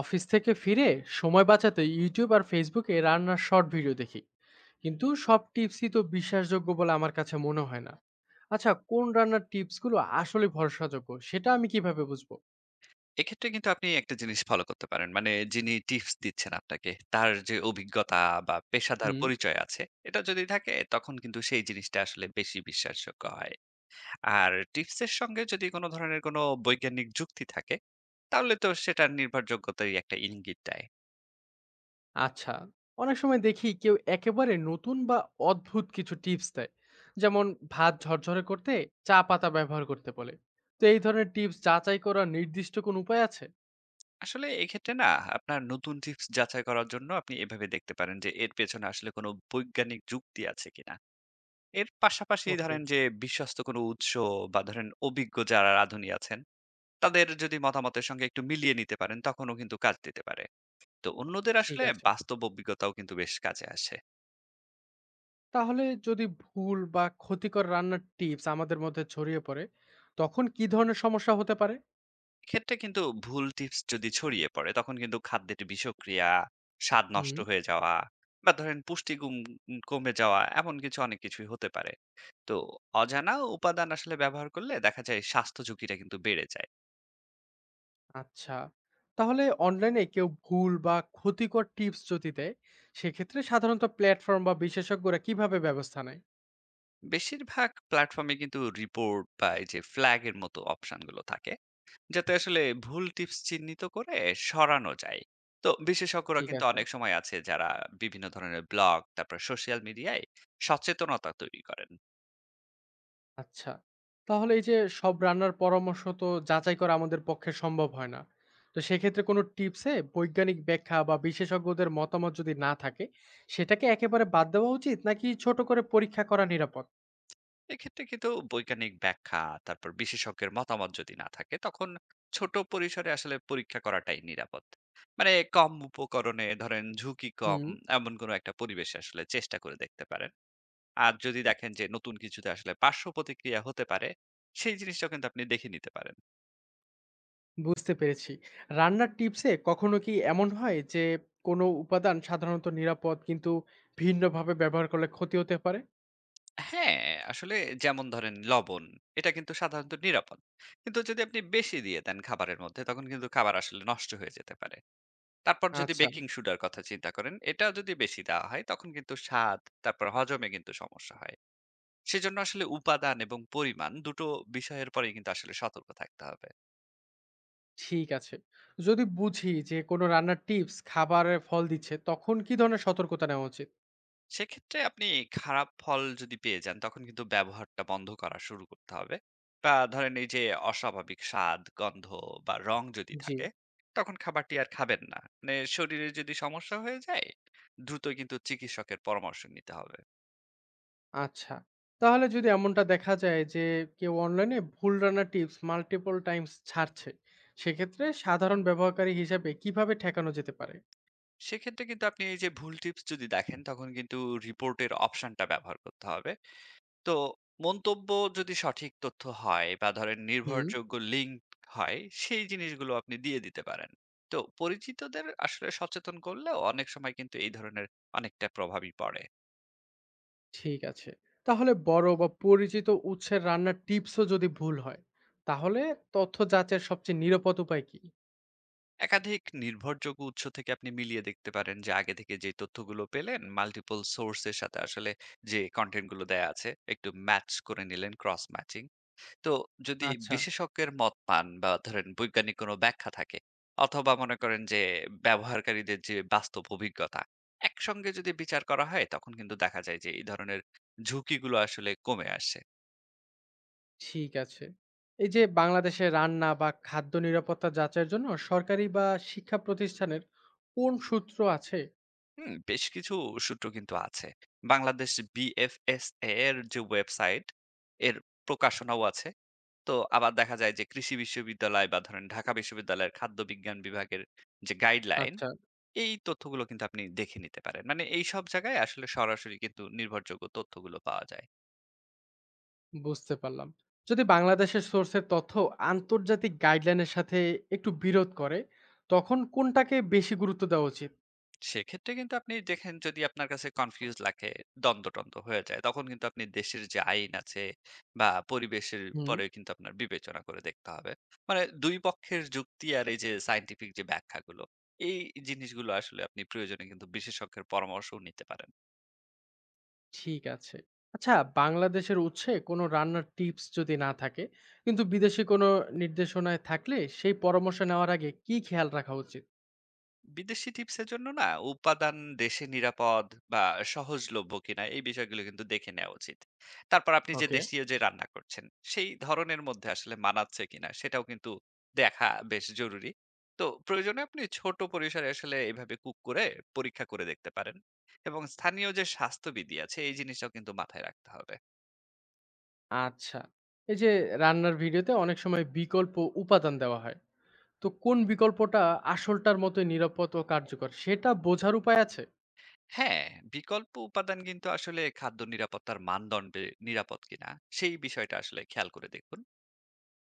Office থেকে ফিরে সময় বাঁচাতে ইউটিউব আর ফেসবুকে রান্নার শর্ট ভিডিও দেখি, কিন্তু সব টিপসই তো বিশ্বাসযোগ্য বলে আমার কাছে মনে হয় না। আচ্ছা, কোন রান্নার টিপসগুলো আসলে ভরসাযোগ্য সেটা আমি কিভাবে বুঝবো? এক্ষেত্রে কিন্তু আপনি একটা জিনিস ফলো করতে পারেন। মানে যিনি টিপস দিচ্ছেন আপনাকে, তার যে অভিজ্ঞতা বা পেশাদার হুম। পরিচয় আছে, এটা যদি থাকে তখন কিন্তু সেই জিনিসটা আসলে বেশি বিশ্বাসযোগ্য হয়। আর টিপসের সঙ্গে যদি কোনো ধরনের কোনো বৈজ্ঞানিক যুক্তি থাকে, তাহলে তো সেটার নির্ভরযোগ্যতারই একটা ইঙ্গিত দেয়। আচ্ছা, অনেক সময় দেখি কেউ একেবারে নতুন বা অদ্ভুত কিছু টিপস দেয়, যেমন ভাত ঝরঝরে করতে চা পাতা ব্যবহার করতে বলে। তো এই ধরনের টিপস যাচাই করার নির্দিষ্ট কোন উপায় আছে? আসলে এক্ষেত্রে না আপনার নতুন টিপস যাচাই করার জন্য আপনি এভাবে দেখতে পারেন যে এর পেছনে আসলে কোনো বৈজ্ঞানিক যুক্তি আছে কিনা। এর পাশাপাশি ওকে। ধরেন যে বিশ্বস্ত কোনো উৎস বা ধরেন অভিজ্ঞ যারা রাঁধুনি আছেন তাদের যদি মতামতের সঙ্গে একটু মিলিয়ে নিতে পারেন তখনও কিন্তু কাজ দিতে পারে। তো অন্যদের ঠিক আসলে আছে, বাস্তব অভিজ্ঞতাও কিন্তু বেশ কাজে আসে। তাহলে যদি ভুল বা ক্ষতিকর রান্নার টিপস আমাদের মধ্যে ছড়িয়ে পড়ে, তখন কি ধরনের সমস্যা হতে পারে? এক্ষেত্রে কিন্তু ভুল টিপস যদি ছড়িয়ে পড়ে তখন কিন্তু খাদ্যের বিষক্রিয়া, স্বাদ নষ্ট হুম। হয়ে যাওয়া বা ধরেন পুষ্টিগুণ কমে যাওয়া এমন কিছু অনেক কিছুই হতে পারে। তো অজানা উপাদান আসলে ব্যবহার করলে দেখা যায় স্বাস্থ্য ঝুঁকিটা কিন্তু বেড়ে যায়। আচ্ছা, তাহলে অনলাইনে কেউ ভুল বা ক্ষতিকর টিপস যদি দেয়, সেক্ষেত্রে সাধারণত প্ল্যাটফর্ম বা বিশেষজ্ঞরা কিভাবে ব্যবস্থা নেয়? বেশিরভাগ প্ল্যাটফর্মে কিন্তু রিপোর্ট বা এই যে ফ্ল্যাগ এর মতো অপশন গুলো থাকে। যাতে আসলে ভুল টিপস চিহ্নিত করে সরানো যায়। তো বিশেষজ্ঞরা ঠিক কিন্তু আছে। অনেক সময় আছে যারা বিভিন্ন ধরনের ব্লগ তারপর সোশ্যাল মিডিয়ায় সচেতনতা তৈরি করেন। আচ্ছা, তাহলে এই যে সব রান্নার পরামর্শ তো যাচাই করা আমাদের পক্ষে সম্ভব হয় না, তো সেক্ষেত্রে কোনো টিপসে বৈজ্ঞানিক ব্যাখ্যা বা বিশেষজ্ঞদের মতামত যদি না থাকে, সেটাকে একেবারে বাদ দেওয়া উচিত নাকি ছোট করে পরীক্ষা করা নিরাপদ? এক্ষেত্রে কিন্তু বৈজ্ঞানিক ব্যাখ্যা তারপর বিশেষজ্ঞের মতামত যদি না থাকে তখন ছোট পরিসরে আসলে পরীক্ষা করাটাই নিরাপদ। মানে কম উপকরণে ধরেন ঝুঁকি কম, হুম। এমন কোনো একটা পরিবেশে আসলে চেষ্টা করে দেখতে পারেন। আর যদি দেখেন যে নতুন কিছুতে আসলে পার্শ্ব প্রতিক্রিয়া হতে পারে, সেই জিনিসটাও কিন্তু আপনি দেখে নিতে পারেন। বুঝতে পেরেছি। রান্নার টিপসে কখনো কি এমন হয় যে কোনো উপাদান সাধারণত নিরাপদ কিন্তু ভিন্নভাবে ব্যবহার করলে ক্ষতি হতে পারে? হ্যাঁ, আসলে যেমন ধরেন লবণ, এটা কিন্তু সাধারণত নিরাপদ। কিন্তু যদি আপনি বেশি দিয়ে দেন খাবারের মধ্যে, তখন কিন্তু খাবার আসলে নষ্ট হয়ে যেতে পারে। তারপর যদি আচ্ছা। বেকিং সোডার কথা চিন্তা করেন, এটা যদি বেশি দেওয়া হয়, তখন কিন্তু স্বাদ, তারপর হজমে কিন্তু সমস্যা হয়। সেজন্য আসলে উপাদান এবং পরিমাণ দুটো বিষয়ের পরেই কিন্তু আসলে সতর্ক থাকতে হবে। ঠিক আছে। যদি বুঝি যে কোনো রান্নার টিপস খাবারে ফল দিচ্ছে, তখন কি ধরনের সতর্কতা নেওয়া উচিত? সেক্ষেত্রে আপনি খারাপ ফল যদি পেয়ে যান তখন কিন্তু ব্যবহারটা বন্ধ করা শুরু করতে হবে। বা ধরেন এই যে অস্বাভাবিক স্বাদ গন্ধ বা রং যদি জি। থাকে, তখন খাবারটি আর খাবেন না। মানে শরীরে যদি সমস্যা হয়ে যায় দ্রুত কিন্তু চিকিৎসকের পরামর্শ নিতে হবে। আচ্ছা। তাহলে যদি এমনটা দেখা যায় যে কেউ অনলাইনে ভুল রান্নার টিপস মাল্টিপল টাইমস ছাড়ছে, সেক্ষেত্রে সাধারণ ব্যবহারকারী হিসাবে কিভাবে ঠেকানো যেতে পারে? সেক্ষেত্রে কিন্তু আপনি এই যে ভুল টিপস যদি দেখেন তখন কিন্তু রিপোর্টের অপশনটা ব্যবহার করতে হবে। তো মন্তব্য যদি সঠিক তথ্য হয় বা ধরেন হুম। নির্ভরযোগ্য লিঙ্ক হয়, সেই জিনিসগুলো আপনি দিয়ে দিতে পারেন। তো পরিচিতদের আসলে সচেতন করলেও অনেক সময় কিন্তু এই ধরনের অনেকটা প্রভাবই পড়ে। ঠিক আছে। তাহলে বড় বা পরিচিত উৎসের রান্নার টিপসও যদি ভুল হয়, তাহলে তথ্য যাচাইয়ের সবচেয়ে নিরাপদ উপায় কি? একাধিক নির্ভরযোগ্য উৎস থেকে আপনি মিলিয়ে দেখতে পারেন যে আগে থেকে যে তথ্যগুলো পেলেন মাল্টিপল সোর্সের সাথে আসলে যে কন্টেন্ট গুলো দেয়া আছে একটু ম্যাচ করে নিলেন, ক্রস ম্যাচিং। তো যদি আচ্ছা। বিশেষজ্ঞের মত পান বা ধরেন বৈজ্ঞানিক কোনো ব্যাখ্যা থাকে, অথবা মনে করেন যে ব্যবহারকারীদের যে বাস্তব অভিজ্ঞতা একসঙ্গে যদি বিচার করা হয়, তখন কিন্তু দেখা যায় যে এই ধরনের ঝুঁকিগুলো আসলে কমে আসে। ঠিক আছে। এই যে বাংলাদেশে রান্না বা খাদ্য নিরাপত্তা যাচাইয়ের জন্য সরকারি বা শিক্ষা প্রতিষ্ঠানের কোন সূত্র আছে? হুম, বেশ কিছু সূত্র কিন্তু আছে। বাংলাদেশ বিএফএসএ এর যে ওয়েবসাইট, এর প্রকাশনাও আছে। তো আবার দেখা যায় যে কৃষি বিশ্ববিদ্যালয় বা ধরেন ঢাকা বিশ্ববিদ্যালয়ের খাদ্য বিজ্ঞান বিভাগের যে গাইডলাইন, আচ্ছা। এই তথ্যগুলো কিন্তু আপনি দেখে নিতে পারেন। মানে এইসব জায়গায় আসলে সরাসরি কিন্তু নির্ভরযোগ্য তথ্যগুলো পাওয়া যায়। বুঝতে পারলাম। যদি বাংলাদেশের সোর্সের তথ্য আন্তর্জাতিক গাইডলাইনের সাথে একটু বিরোধ করে, তখন কোনটাকে বেশি গুরুত্ব দেওয়া উচিত? সেক্ষেত্রে কিন্তু আপনি দেখেন, যদি আপনার কাছে কনফিউজ লাগে, দ্বন্দ্ব-টন্দ্ব হয়ে যায়, তখন কিন্তু আপনি দেশের যে আইন আছে বা পরিবেশের হুম। পরে কিন্তু আপনার বিবেচনা করে দেখতে হবে। মানে ২ পক্ষের যুক্তি আর এই যে সায়েন্টিফিক যে ব্যাখ্যাগুলো, এই জিনিসগুলো আসলে আপনি প্রয়োজনে কিন্তু বিশেষজ্ঞের পরামর্শও নিতে পারেন। ঠিক আছে। আচ্ছা, বাংলাদেশের উৎসে কোনো রান্নার টিপস যদি না থাকে, কিন্তু বিদেশি কোনো নির্দেশনায় থাকলে সেই পরামর্শ নেওয়ার আগে কি খেয়াল রাখা উচিত? বিদেশি টিপসের জন্য না উপাদান দেশে নিরাপদ বা সহজলভ্য কিনা এই বিষয়গুলো কিন্তু দেখে নেওয়া উচিত। তারপর আপনি যে ওকে। দেশীয় যে রান্না করছেন সেই ধরনের মধ্যে আসলে মানাচ্ছে কিনা সেটাও কিন্তু দেখা বেশ জরুরি। তো প্রয়োজনে আপনি ছোট পরিসরে আসলে এইভাবে কুক করে পরীক্ষা করে দেখতে পারেন, এবং স্থানীয় যে স্বাস্থ্যবিধি আছে এই জিনিসটাও কিন্তু মাথায় রাখতে হবে। আচ্ছা। এই যে রান্নার ভিডিওতে অনেক সময় বিকল্প উপাদান দেওয়া হয়। তো কোন বিকল্পটা আসলটার মতোই নিরাপদ ও কার্যকর সেটা বোঝার উপায় আছে? হ্যাঁ, বিকল্প উপাদান কিন্তু আসলে খাদ্য নিরাপত্তার মানদণ্ডে নিরাপদ কিনা সেই বিষয়টা আসলে খেয়াল করে দেখুন।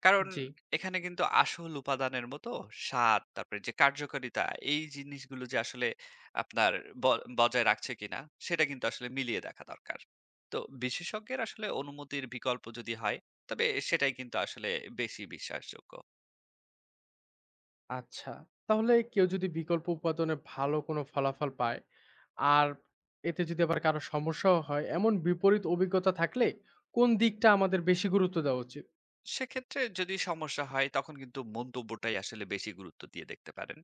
কারণ জি। এখানে কিন্তু আসল উপাদানের মতো স্বাদ, তারপরে যে কার্যকারিতা, এই জিনিসগুলো যে আসলে আপনার ব বজায় রাখছে কিনা, সেটা কিন্তু আসলে মিলিয়ে দেখা দরকার। তো বিশেষজ্ঞের আসলে অনুমতির বিকল্প যদি হয়, তবে সেটাই কিন্তু আসলে বেশি বিশ্বাসযোগ্য। আচ্ছা। তাহলে কেউ যদি বিকল্প উপাদানে ভালো কোনো ফলাফল পায়, আর এতে যদি আবার কারো সমস্যাও হয়, এমন বিপরীত অভিজ্ঞতা থাকলে কোন দিকটা আমাদের বেশি গুরুত্ব দেওয়া উচিত? সেক্ষেত্রে যদি সমস্যা হয় তখন কিন্তু মন্তব্যটাই আসলে বেশি গুরুত্ব দিয়ে দেখতে পারেন।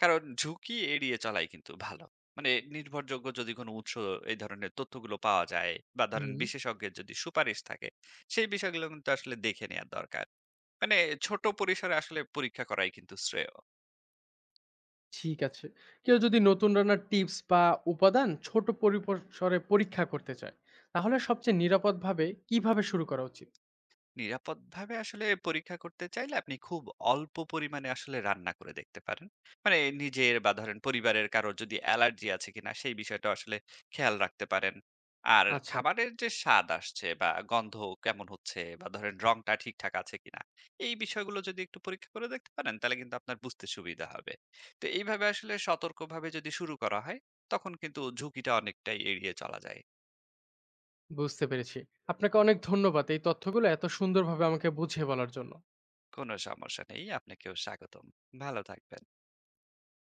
কারণ ঝুঁকি এড়িয়ে চলাই কিন্তু ভালো। মানে নির্ভরযোগ্য যদি কোনো উৎস এই ধরনের তথ্যগুলো পাওয়া যায় বা ধরেন হুম। বিশেষজ্ঞের যদি সুপারিশ থাকে, সেই বিষয়গুলো কিন্তু আসলে দেখে নেওয়া দরকার। মানে ছোট পরিসরে আসলে পরীক্ষা করাই কিন্তু শ্রেয়। ঠিক আছে। কেউ যদি নতুন রান্নার টিপস বা উপাদান ছোট পরিপসরে পরীক্ষা করতে চায়, তাহলে সবচেয়ে নিরাপদভাবে কিভাবে শুরু করা উচিত? নিরাপদভাবে আসলে পরীক্ষা করতে চাইলে আপনি খুব অল্প পরিমাণে আসলে রান্না করে দেখতে পারেন। মানে নিজের বা ধরেন পরিবারের কারোর যদি অ্যালার্জি আছে কিনা সেই বিষয়টা আসলে খেয়াল রাখতে পারেন। আর আচ্ছা। খাবারের যে স্বাদ আসছে বা গন্ধ কেমন হচ্ছে বা ধরেন রংটা ঠিকঠাক আছে কিনা এই বিষয়গুলো যদি একটু পরীক্ষা করে দেখতে পারেন তাহলে কিন্তু আপনার বুঝতে সুবিধা হবে। তো এইভাবে আসলে সতর্কভাবে যদি শুরু করা হয় তখন কিন্তু ঝুঁকিটা অনেকটাই এড়িয়ে চলা যায়। বুঝতে পেরেছি। আপনাকে অনেক ধন্যবাদ এই তথ্যগুলো এত সুন্দরভাবে আমাকে বুঝিয়ে বলার জন্য। কোনো সমস্যা নেই। আপনাকেও স্বাগতম। ভালো থাকবেন।